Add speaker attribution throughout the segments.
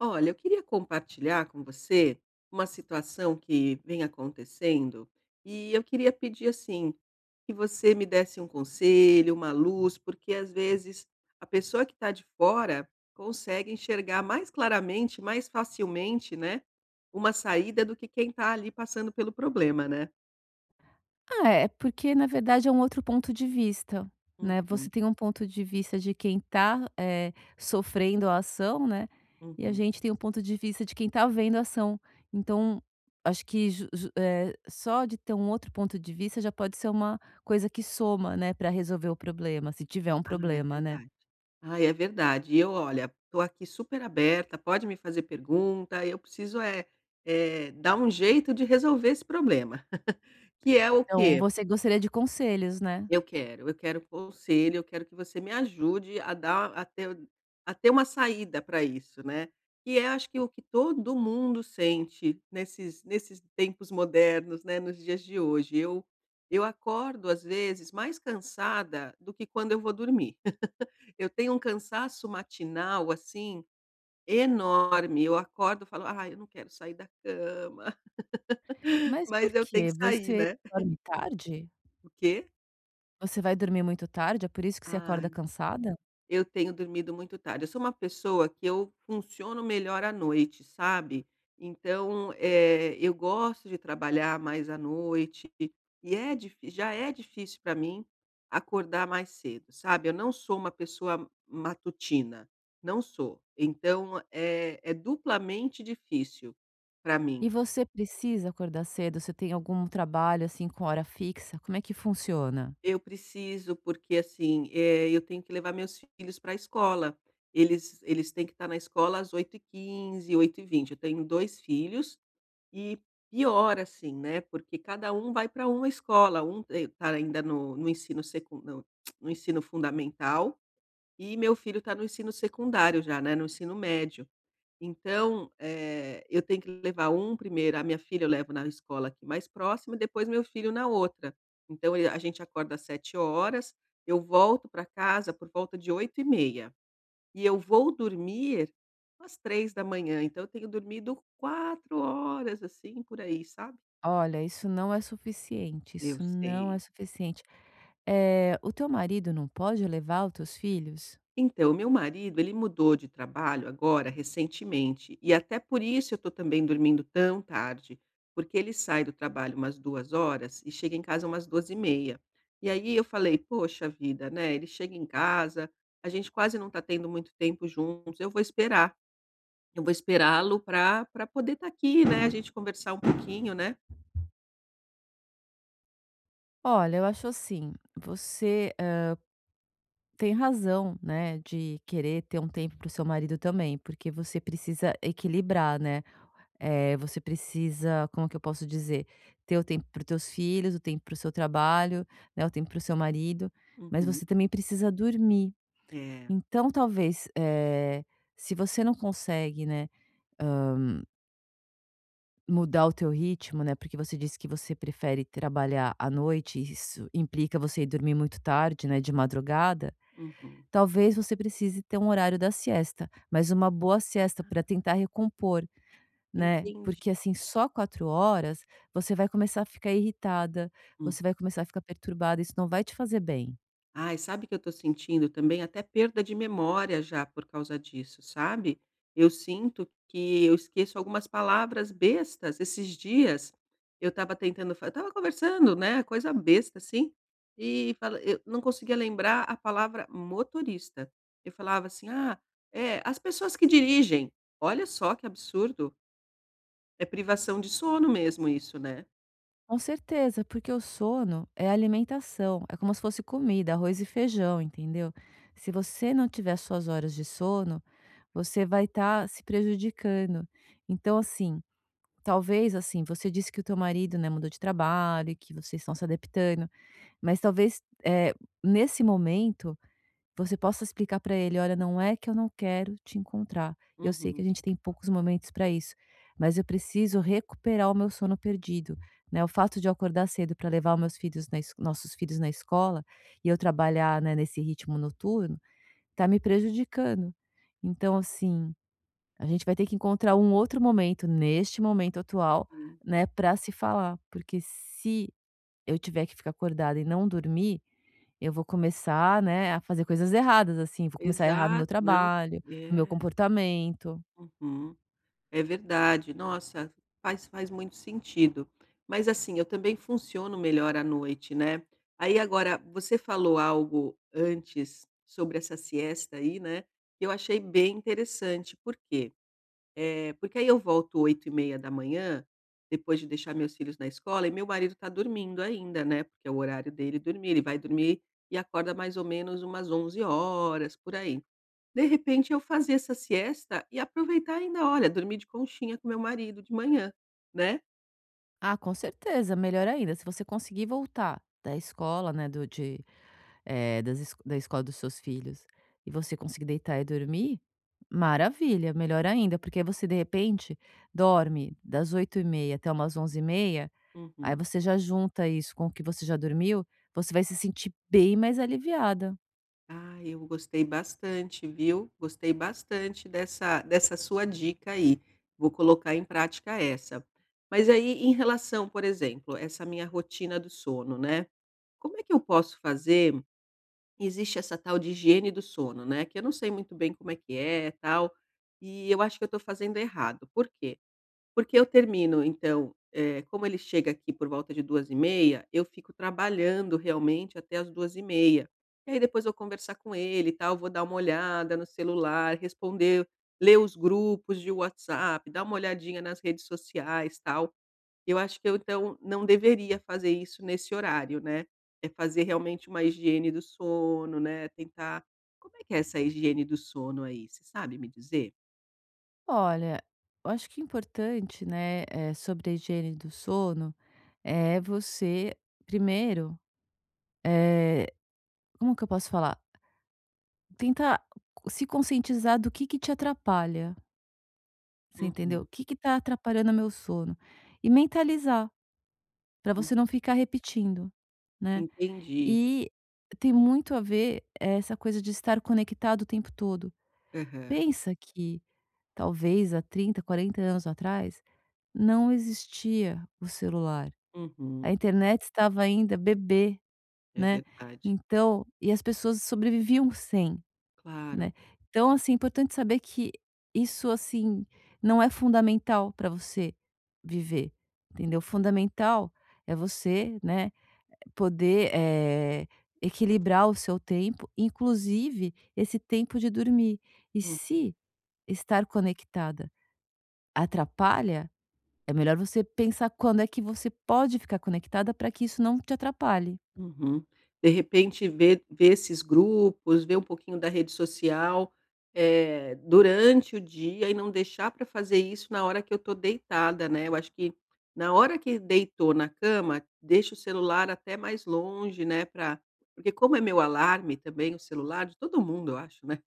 Speaker 1: Olha, eu queria compartilhar com você uma situação que vem acontecendo e eu queria pedir assim que você me desse um conselho, uma luz, porque às vezes a pessoa que está de fora consegue enxergar mais claramente, mais facilmente, né, uma saída do que quem está ali passando pelo problema, né?
Speaker 2: Ah, é porque na verdade é um outro ponto de vista, né, você
Speaker 1: Uhum,
Speaker 2: tem um ponto de vista de quem tá, sofrendo a ação, né, e a
Speaker 1: uhum.
Speaker 2: gente tem um ponto de vista de quem tá vendo a ação. Então, acho que só de ter um outro ponto de vista já pode ser uma coisa que soma, né, para resolver o problema, se tiver um
Speaker 1: Ah, é
Speaker 2: problema, né.
Speaker 1: verdade. Ai, é verdade. E eu, olha, tô aqui super aberta, pode me fazer pergunta, eu preciso é dar um jeito de resolver esse problema, que é o
Speaker 2: Então,
Speaker 1: quê?
Speaker 2: você gostaria de conselhos, né.
Speaker 1: Eu quero conselho, eu quero que você me ajude a ter uma saída para isso, né. E é acho que o que todo mundo sente nesses tempos modernos, né, nos dias de hoje. Eu acordo, às vezes, mais cansada do que quando eu vou dormir. Eu tenho um cansaço matinal, assim enorme. Eu acordo, e falo: "Ah, eu não quero sair da cama",
Speaker 2: Mas
Speaker 1: mas
Speaker 2: por
Speaker 1: eu tenho que
Speaker 2: quê?
Speaker 1: sair,
Speaker 2: Você
Speaker 1: né.
Speaker 2: dorme tarde?
Speaker 1: O quê?
Speaker 2: Você vai dormir muito tarde, é por isso que você acorda
Speaker 1: Ai,
Speaker 2: cansada?
Speaker 1: eu tenho dormido muito tarde. Eu sou uma pessoa que eu funciono melhor à noite, sabe. Então, eu gosto de trabalhar mais à noite e é difí já é difícil para mim acordar mais cedo, sabe. Eu não sou uma pessoa matutina, não sou. Então é duplamente difícil para
Speaker 2: E
Speaker 1: mim.
Speaker 2: você precisa acordar cedo? Você tem algum trabalho, assim, com hora fixa? Como é que funciona?
Speaker 1: Eu preciso, porque assim, eu tenho que levar meus filhos para a escola. Eles têm que estar na escola às 8:15, 8:20. Eu tenho 2 filhos e pior assim, né, porque cada um vai para uma escola. Um está ainda no ensino secun não, no ensino fundamental e meu filho está no ensino secundário já, né, no ensino médio. Então, eu tenho que levar um primeiro a minha filha eu levo na escola aqui mais próxima e depois meu filho na outra. Então ele a gente acorda às 7h, eu volto para casa por volta de 8:30 e eu vou dormir às 3 da manhã. Então eu tenho dormido 4 horas, assim, por aí, sabe.
Speaker 2: Olha, isso não é suficiente,
Speaker 1: Eu
Speaker 2: isso não é
Speaker 1: sei.
Speaker 2: suficiente. O teu marido não pode levar os teus filhos?
Speaker 1: Então, meu marido, ele mudou de trabalho agora recentemente, e até por isso eu estou também dormindo tão tarde, porque ele sai do trabalho umas 2h e chega em casa umas 12:30. E aí eu falei: "Poxa vida, né, ele chega em casa, a gente quase não está tendo muito tempo juntos, eu vou esperar, eu vou esperá-lo para poder estar aqui, né, a gente conversar um pouquinho, né".
Speaker 2: Olha, eu acho assim, você, tem razão, né, de querer ter um tempo para o seu marido também, porque você precisa equilibrar, né. Eh, você precisa, como é que eu posso dizer, ter o tempo para os teus filhos, o tempo para o seu trabalho, né, o tempo para o seu marido, mas
Speaker 1: Uhum.
Speaker 2: você também precisa dormir.
Speaker 1: É.
Speaker 2: Então, talvez, se você não consegue, né, mudar o teu ritmo, né, porque você disse que você prefere trabalhar à noite, e isso implica você ir dormir muito tarde, né, de madrugada,
Speaker 1: Uhum.
Speaker 2: talvez você precise ter um horário da siesta, mas uma boa siesta para tentar recompor. Né,
Speaker 1: Entendi.
Speaker 2: porque assim, só 4 horas, você vai começar a ficar irritada, você vai começar a ficar perturbada, isso não vai te fazer bem.
Speaker 1: Ai, sabe que eu tô sentindo também até perda de memória já por causa disso, sabe? Eu sinto que eu esqueço algumas palavras bestas. Esses dias eu estava eu estava conversando, né? Coisa besta assim, eu não conseguia lembrar a palavra motorista. Eu falava assim: ah, é, as pessoas que dirigem. Olha só que absurdo. É privação de sono mesmo isso, né?
Speaker 2: Com certeza, porque o sono é alimentação, é como se fosse comida, arroz e feijão, entendeu. Se você não tiver as suas horas de sono, você vai estar se prejudicando. Então assim, talvez assim, você disse que o teu marido, né, mudou de trabalho e que vocês estão se adaptando, mas talvez, nesse momento você possa explicar para ele: "Olha, não é que eu não quero te encontrar. Eu sei que a
Speaker 1: Uhum.
Speaker 2: gente tem poucos momentos para isso, mas eu preciso recuperar o meu sono perdido, né, o fato de eu acordar cedo para levar os meus filhos na es nossos filhos na escola e eu trabalhar, né, nesse ritmo noturno, tá me prejudicando. Então, assim, a gente vai ter que encontrar um outro momento, neste momento atual,
Speaker 1: Sim.
Speaker 2: né, para se falar, porque se eu tiver que ficar acordada e não dormir, eu vou começar, né, a fazer coisas erradas, assim, vou começar a errar no
Speaker 1: Exato,
Speaker 2: meu
Speaker 1: não.
Speaker 2: trabalho, no meu
Speaker 1: É.
Speaker 2: comportamento.
Speaker 1: Uhum. É verdade. Nossa, faz muito sentido. Mas, assim, eu também funciono melhor à noite, né. Aí, agora, você falou algo antes sobre essa siesta aí, né, que eu achei bem interessante. Por quê? Porque aí eu volto 8:30 da manhã depois de deixar meus filhos na escola, e meu marido tá dormindo ainda, né, porque é o horário dele dormir. Ele vai dormir e acorda mais ou menos umas 11h por aí. De repente eu fazer essa siesta e aproveitar ainda, olha, dormir de conchinha com meu marido de manhã, né.
Speaker 2: Ah, com certeza, melhor ainda, se você conseguir voltar da escola, né, do de, eh, das es da escola dos seus filhos, e você conseguir deitar e dormir, maravilha, melhor ainda, porque aí você, de repente, dorme das 8h30 até umas 11h30. Aí
Speaker 1: Uhum.
Speaker 2: você já junta isso com o que você já dormiu, você vai se sentir bem mais aliviada.
Speaker 1: Ah, eu gostei bastante, viu. Gostei bastante dessa sua dica aí, vou colocar em prática essa. Mas aí em relação, por exemplo, essa minha rotina do sono, né, como é que eu posso fazer existe essa tal de higiene do sono, né, que eu não sei muito bem como é que é, tal, e eu acho que eu estou fazendo errado. Por quê? Porque eu termino então, como ele chega aqui por volta de 2:30 eu fico trabalhando realmente até as 2:30. E aí depois eu conversar com ele e tal, vou dar uma olhada no celular, responder, ler os grupos de WhatsApp, dar uma olhadinha nas redes sociais, tal. Eu acho que eu então não deveria fazer isso nesse horário, né, é fazer realmente uma higiene do sono, né, tentar como é que é essa higiene do sono aí, você sabe me dizer?
Speaker 2: Olha, eu acho que o importante, né, sobre a higiene do sono é você, primeiro, eh, como que eu posso falar? Tentar se conscientizar do que te atrapalha, você entendeu?
Speaker 1: Uhum,
Speaker 2: O que tá atrapalhando o meu sono? E mentalizar, para
Speaker 1: hum,
Speaker 2: você não ficar repetindo, né?
Speaker 1: entendi.
Speaker 2: E tem muito a ver essa coisa de estar conectado o tempo todo.
Speaker 1: Aham,
Speaker 2: Pensa que talvez há 30, 40 anos atrás não existia o celular. A
Speaker 1: uhum.
Speaker 2: internet estava ainda bebê,
Speaker 1: É
Speaker 2: né,
Speaker 1: verdade,
Speaker 2: então e as pessoas sobreviviam sem,
Speaker 1: claro.
Speaker 2: né. Então, assim, é importante saber que isso, assim, não é fundamental para você viver, entendeu. Fundamental é você, né, poder, equilibrar o seu tempo, inclusive esse tempo de dormir. E
Speaker 1: Uhum,
Speaker 2: se estar conectada atrapalha, é melhor você pensar quando é que você pode ficar conectada para que isso não te atrapalhe.
Speaker 1: uhum. De repente ver esses grupos, ver um pouquinho da rede social, durante o dia e não deixar para fazer isso na hora que eu estou deitada, né, eu acho que na hora que deitou na cama, deixa o celular até mais longe, né, pra porque como é meu alarme também, o celular, de todo mundo eu acho, né.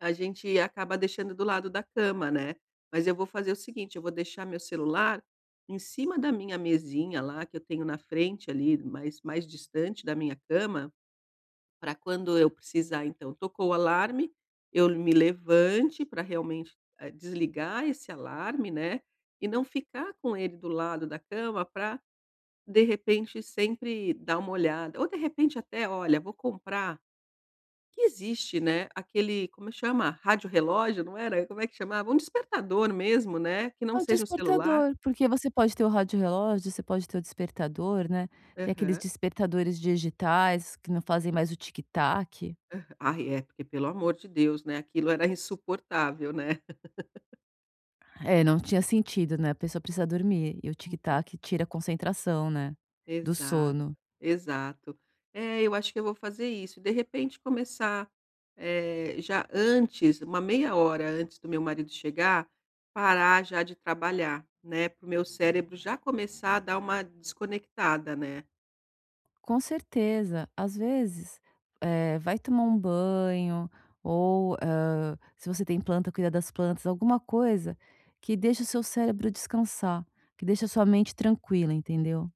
Speaker 1: A gente acaba deixando do lado da cama, né. Mas eu vou fazer o seguinte, eu vou deixar meu celular em cima da minha mesinha lá, que eu tenho na frente ali, mais distante da minha cama, para quando eu precisar então, tocou o alarme, eu me levante para realmente, desligar esse alarme, né, e não ficar com ele do lado da cama para de repente, sempre dar uma olhada. Ou de repente até: "Olha, vou comprar que existe, né, aquele como é que chama? Rádio-relógio, não era? Como é que chamava? Um despertador mesmo, né, que não
Speaker 2: É o
Speaker 1: seja um celular.
Speaker 2: despertador, porque você pode ter o rádio-relógio, você pode ter o despertador, né. Tem aqueles
Speaker 1: Aham.
Speaker 2: despertadores digitais que não fazem mais o tic-tac.
Speaker 1: Ai, é, porque pelo amor de Deus, né, aquilo era insuportável, né.
Speaker 2: É, não tinha sentido, né, a pessoa precisa dormir e o tic-tac tira a concentração, né, do
Speaker 1: Exato,
Speaker 2: sono.
Speaker 1: exato. É, eu acho que eu vou fazer isso. De repente começar, já antes, uma meia hora antes do meu marido chegar, parar já de trabalhar, né, para o meu cérebro já começar a dar uma desconectada, né.
Speaker 2: Com certeza. Às vezes, vai tomar um banho ou, se você tem planta, cuida das plantas, alguma coisa que deixa o seu cérebro descansar, que deixa a sua mente tranquila, entendeu.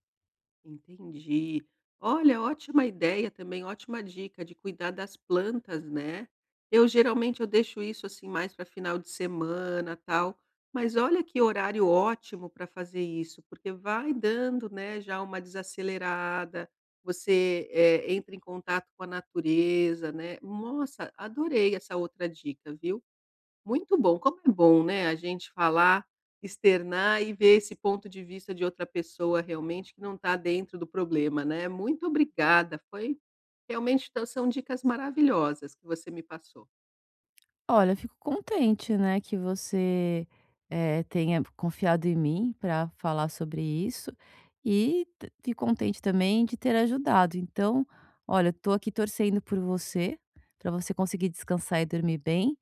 Speaker 1: Entendi. Olha, ótima ideia também, ótima dica de cuidar das plantas, né. Eu geralmente eu deixo isso, assim, mais para final de semana, tal, mas olha que horário ótimo para fazer isso, porque vai dando, né, já uma desacelerada, você, entra em contato com a natureza, né. Nossa, adorei essa outra dica, viu. Muito bom, como é bom, né, a gente falar, externar e ver esse ponto de vista de outra pessoa realmente que não está dentro do problema, né. Muito obrigada, foi realmente tã são dicas maravilhosas que você me passou.
Speaker 2: Olha, eu fico contente, né, que você, tenha confiado em mim para falar sobre isso e t fico contente também de ter ajudado. Então, olha, eu tô aqui torcendo por você, para você conseguir descansar e dormir bem.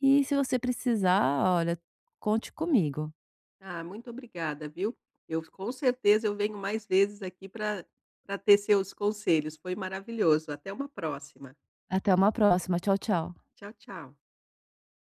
Speaker 2: E se você precisar, olha, conte comigo.
Speaker 1: Ah, muito obrigada, viu. Eu com certeza eu venho mais vezes aqui para ter seus conselhos, foi maravilhoso. Até uma próxima.
Speaker 2: Até uma próxima. Tchau, tchau.
Speaker 1: Tchau, tchau.